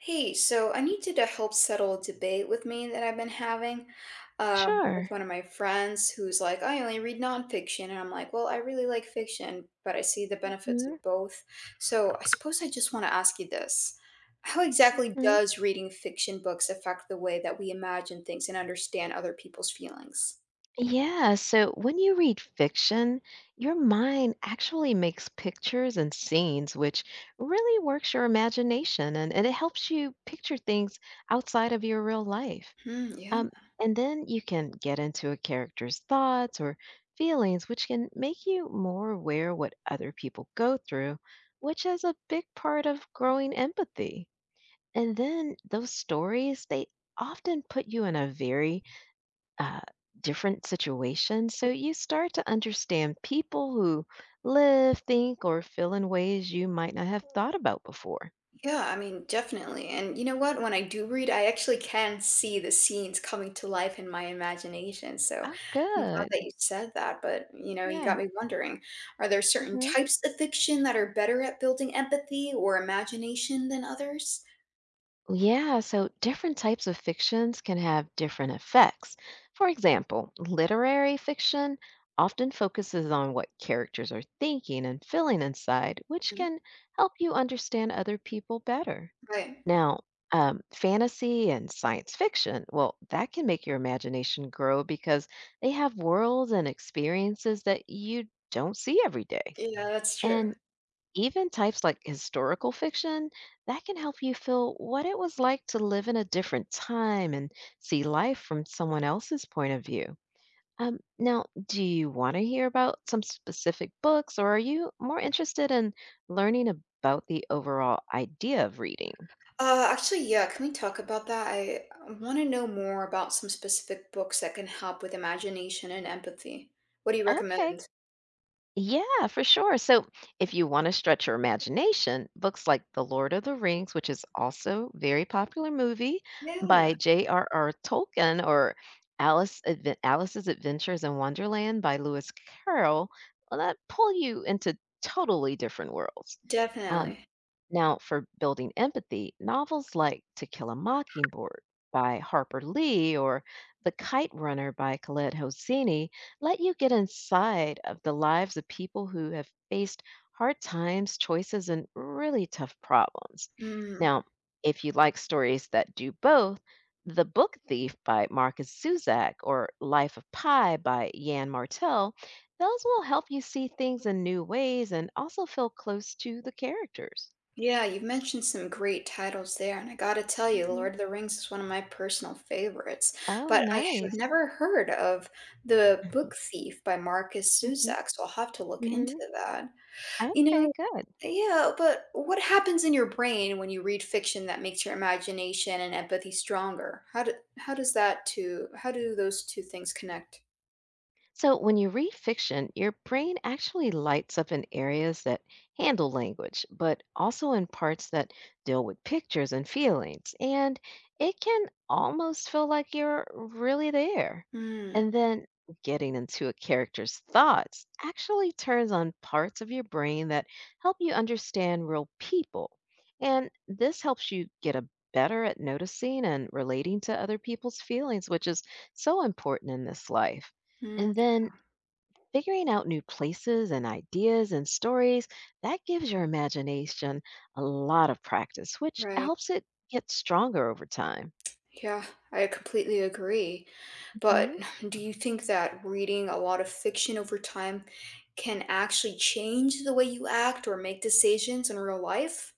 Hey, so I need you to help settle a debate with me that I've been having with Sure. one of my friends who's like, I only read nonfiction. And I'm like, well, I really like fiction, but I see the benefits of Mhm, both. So I suppose I just want to ask you this. How exactly mhm. does reading fiction books affect the way that we imagine things and understand other people's feelings? Yeah, so when you read fiction, your mind actually makes pictures and scenes, which really works your imagination and it helps you picture things outside of your real life. Hmm, yeah. Um, and then you can get into a character's thoughts or feelings, which can make you more aware of what other people go through, which is a big part of growing empathy. And then those stories, they often put you in a very uh, different situations. So you start to understand people who live, think, or feel in ways you might not have thought about before. Yeah, I mean, definitely. And you know what? When I do read, I actually can see the scenes coming to life in my imagination. So Oh, I'm glad good. that you said that. But, you know, you Yeah. got me wondering, are there certain hmm types of fiction that are better at building empathy or imagination than others? Yeah. So different types of fictions can have different effects. For example, literary fiction often focuses on what characters are thinking and feeling inside, which Mhm. can help you understand other people better. Right. Now, fantasy and science fiction, well, that can make your imagination grow because they have worlds and experiences that you don't see every day. Yeah, that's true. And even types like historical fiction, that can help you feel what it was like to live in a different time and see life from someone else's point of view. Now, do you want to hear about some specific books or are you more interested in learning about the overall idea of reading? Actually, yeah, can we talk about that? I want to know more about some specific books that can help with imagination and empathy. What do you Okay, recommend? yeah, for sure. So, if you want to stretch your imagination, books like The Lord of the Rings, which is also very popular movie by Yeah, J.R.R. Tolkien, or Alice's Adventures in Wonderland by Lewis Carroll, well, that pull you into totally different worlds. Um, definitely. now, for building empathy, novels like To Kill a Mockingbird by Harper Lee or The Kite Runner by Khaled Hosseini let you get inside of the lives of people who have faced hard times, choices, and really tough problems. Mm. Now, if you like stories that do both, The Book Thief by Marcus Suzak or Life of Pi by Jan Martel, those will help you see things in new ways and also feel close to the characters. Yeah, you've mentioned some great titles there, and I gotta tell you, The Mhm. Lord of the Rings is one of my personal favorites. Oh, But I have nice. never heard of The Book Thief by Marcus Mhm, Zusak, so I'll have to look into mhm. that. You Okay, know, good. yeah, but what happens in your brain when you read fiction that makes your imagination and empathy stronger? How does that two how do those two things connect? So, when you read fiction, your brain actually lights up in areas that handle language, but also in parts that deal with pictures and feelings. And it can almost feel like you're really there. Mm, And then getting into a character's thoughts actually turns on parts of your brain that help you understand real people. And this helps you get a better at noticing and relating to other people's feelings, which is so important in this life. mm, And then figuring out new places and ideas and stories, that gives your imagination a lot of practice, which right. helps it get stronger over time. Yeah, I completely agree. But hmm do you think that reading a lot of fiction over time can actually change the way you act or make decisions in real life?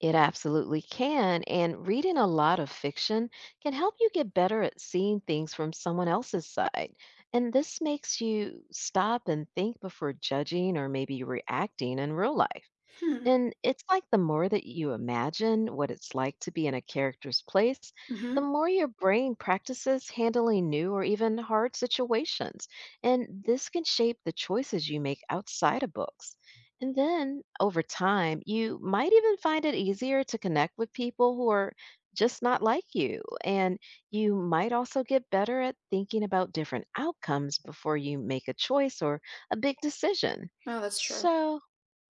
It absolutely can. And reading a lot of fiction can help you get better at seeing things from someone else's side. And this makes you stop and think before judging or maybe reacting in real life. Hmm. And it's like the more that you imagine what it's like to be in a character's place, the Mm-hmm. more your brain practices handling new or even hard situations. And this can shape the choices you make outside of books. And then over time, you might even find it easier to connect with people who are just not like you. And you might also get better at thinking about different outcomes before you make a choice or a big decision. Oh, that's true. So,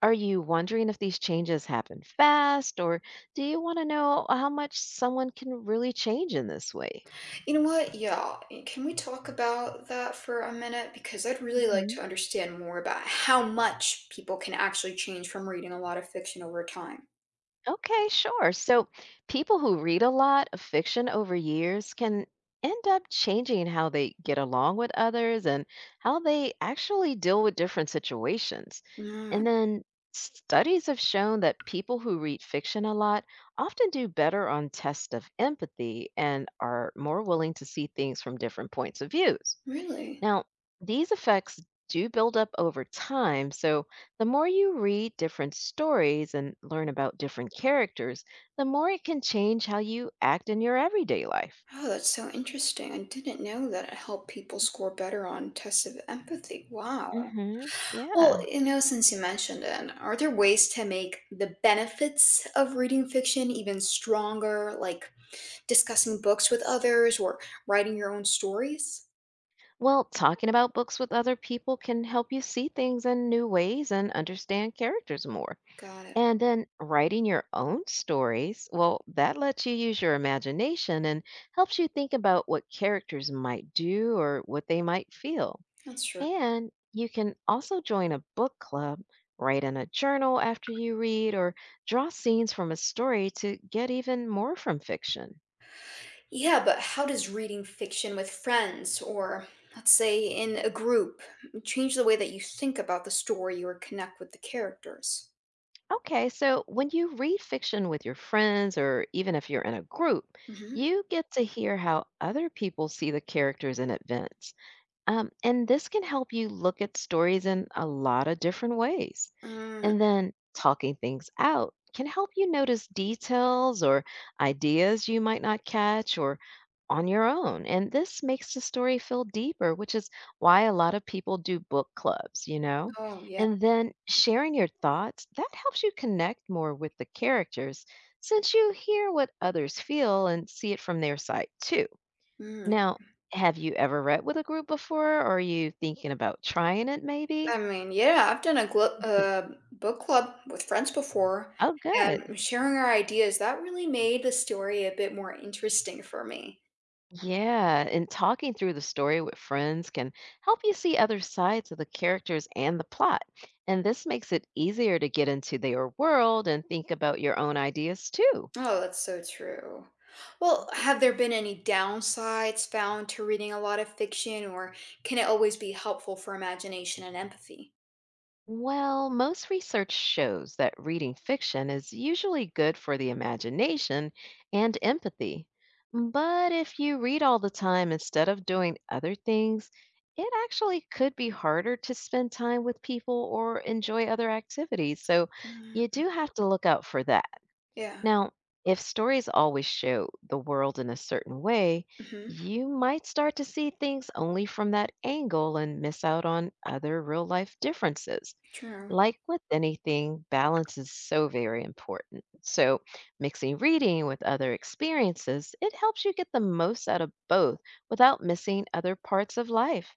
are you wondering if these changes happen fast, or do you want to know how much someone can really change in this way? You know what? Yeah. Can we talk about that for a minute? Because I'd really like hmm to understand more about how much people can actually change from reading a lot of fiction over time. Okay, sure. So, people who read a lot of fiction over years can end up changing how they get along with others and how they actually deal with different situations. Mm. And then, studies have shown that people who read fiction a lot often do better on tests of empathy and are more willing to see things from different points of views. Really? Now, these effects do build up over time, so the more you read different stories and learn about different characters, the more it can change how you act in your everyday life. Oh, that's so interesting. I didn't know that it helped people score better on tests of empathy. Wow. Well, Yeah. you know, since you mentioned it, are there ways to make the benefits of reading fiction even stronger, like discussing books with others or writing your own stories? Well, talking about books with other people can help you see things in new ways and understand characters more. Got it. And then writing your own stories, well, that lets you use your imagination and helps you think about what characters might do or what they might feel. That's true. And you can also join a book club, write in a journal after you read, or draw scenes from a story to get even more from fiction. Yeah, but how does reading fiction with friends or, let's say, in a group change the way that you think about the story or connect with the characters? Okay, so when you read fiction with your friends, or even if you're in a group, Mm-hmm. you get to hear how other people see the characters and events. And this can help you look at stories in a lot of different ways. Mm, And then talking things out can help you notice details or ideas you might not catch or on your own. And this makes the story feel deeper, which is why a lot of people do book clubs, oh, yeah. And then sharing your thoughts, that helps you connect more with the characters since you hear what others feel and see it from their side too. Mm. Now, have you ever read with a group before, or are you thinking about trying it maybe? I mean, yeah, I've done a book club with friends before, Oh, good. and sharing our ideas, that really made the story a bit more interesting for me. Yeah, and talking through the story with friends can help you see other sides of the characters and the plot. And this makes it easier to get into their world and think about your own ideas too. Oh, that's so true. Well, have there been any downsides found to reading a lot of fiction, or can it always be helpful for imagination and empathy? Well, most research shows that reading fiction is usually good for the imagination and empathy. But if you read all the time instead of doing other things, it actually could be harder to spend time with people or enjoy other activities. So Mm, you do have to look out for that. yeah, Now, if stories always show the world in a certain way, hmm, you might start to see things only from that angle and miss out on other real life differences. true. Like with anything, balance is so very important. So, mixing reading with other experiences, it helps you get the most out of both without missing other parts of life.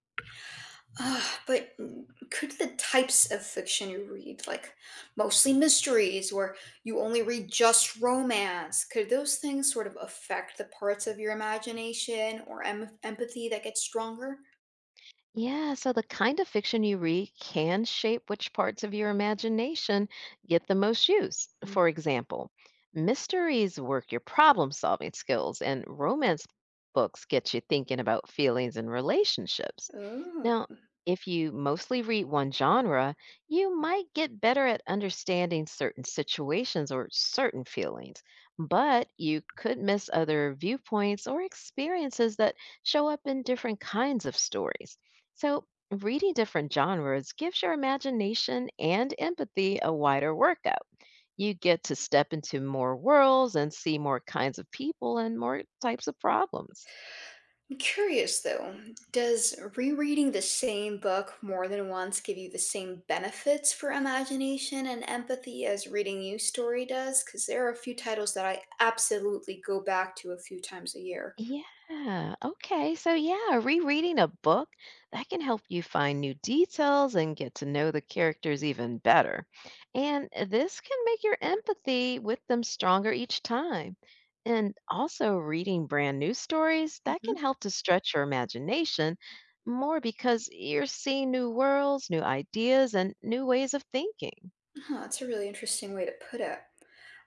Ah, but mm, could the types of fiction you read, like mostly mysteries or you only read just romance, could those things sort of affect the parts of your imagination or empathy that gets stronger? Yeah, so the kind of fiction you read can shape which parts of your imagination get the most use. Mm. For example, mysteries work your problem solving skills, and romance books get you thinking about feelings and relationships. Oh, Now, if you mostly read one genre, you might get better at understanding certain situations or certain feelings, but you could miss other viewpoints or experiences that show up in different kinds of stories. So, reading different genres gives your imagination and empathy a wider workout. You get to step into more worlds and see more kinds of people and more types of problems. I'm curious though. Does rereading the same book more than once give you the same benefits for imagination and empathy as reading new story does? Because there are a few titles that I absolutely go back to a few times a year. Yeah. Okay. So, yeah, rereading a book that can help you find new details and get to know the characters even better. And this can make your empathy with them stronger each time. And also, reading brand new stories that can help to stretch your imagination more because you're seeing new worlds, new ideas, and new ways of thinking. Huh, that's a really interesting way to put it.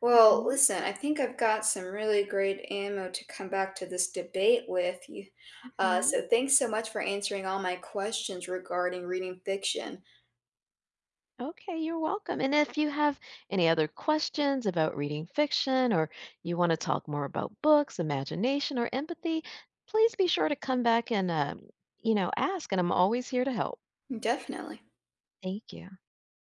Well, hmm listen, I think I've got some really great ammo to come back to this debate with you. Hmm So thanks so much for answering all my questions regarding reading fiction. Okay, you're welcome. And if you have any other questions about reading fiction or you want to talk more about books, imagination, or empathy, please be sure to come back and, ask. And I'm always here to help. Definitely. Thank you.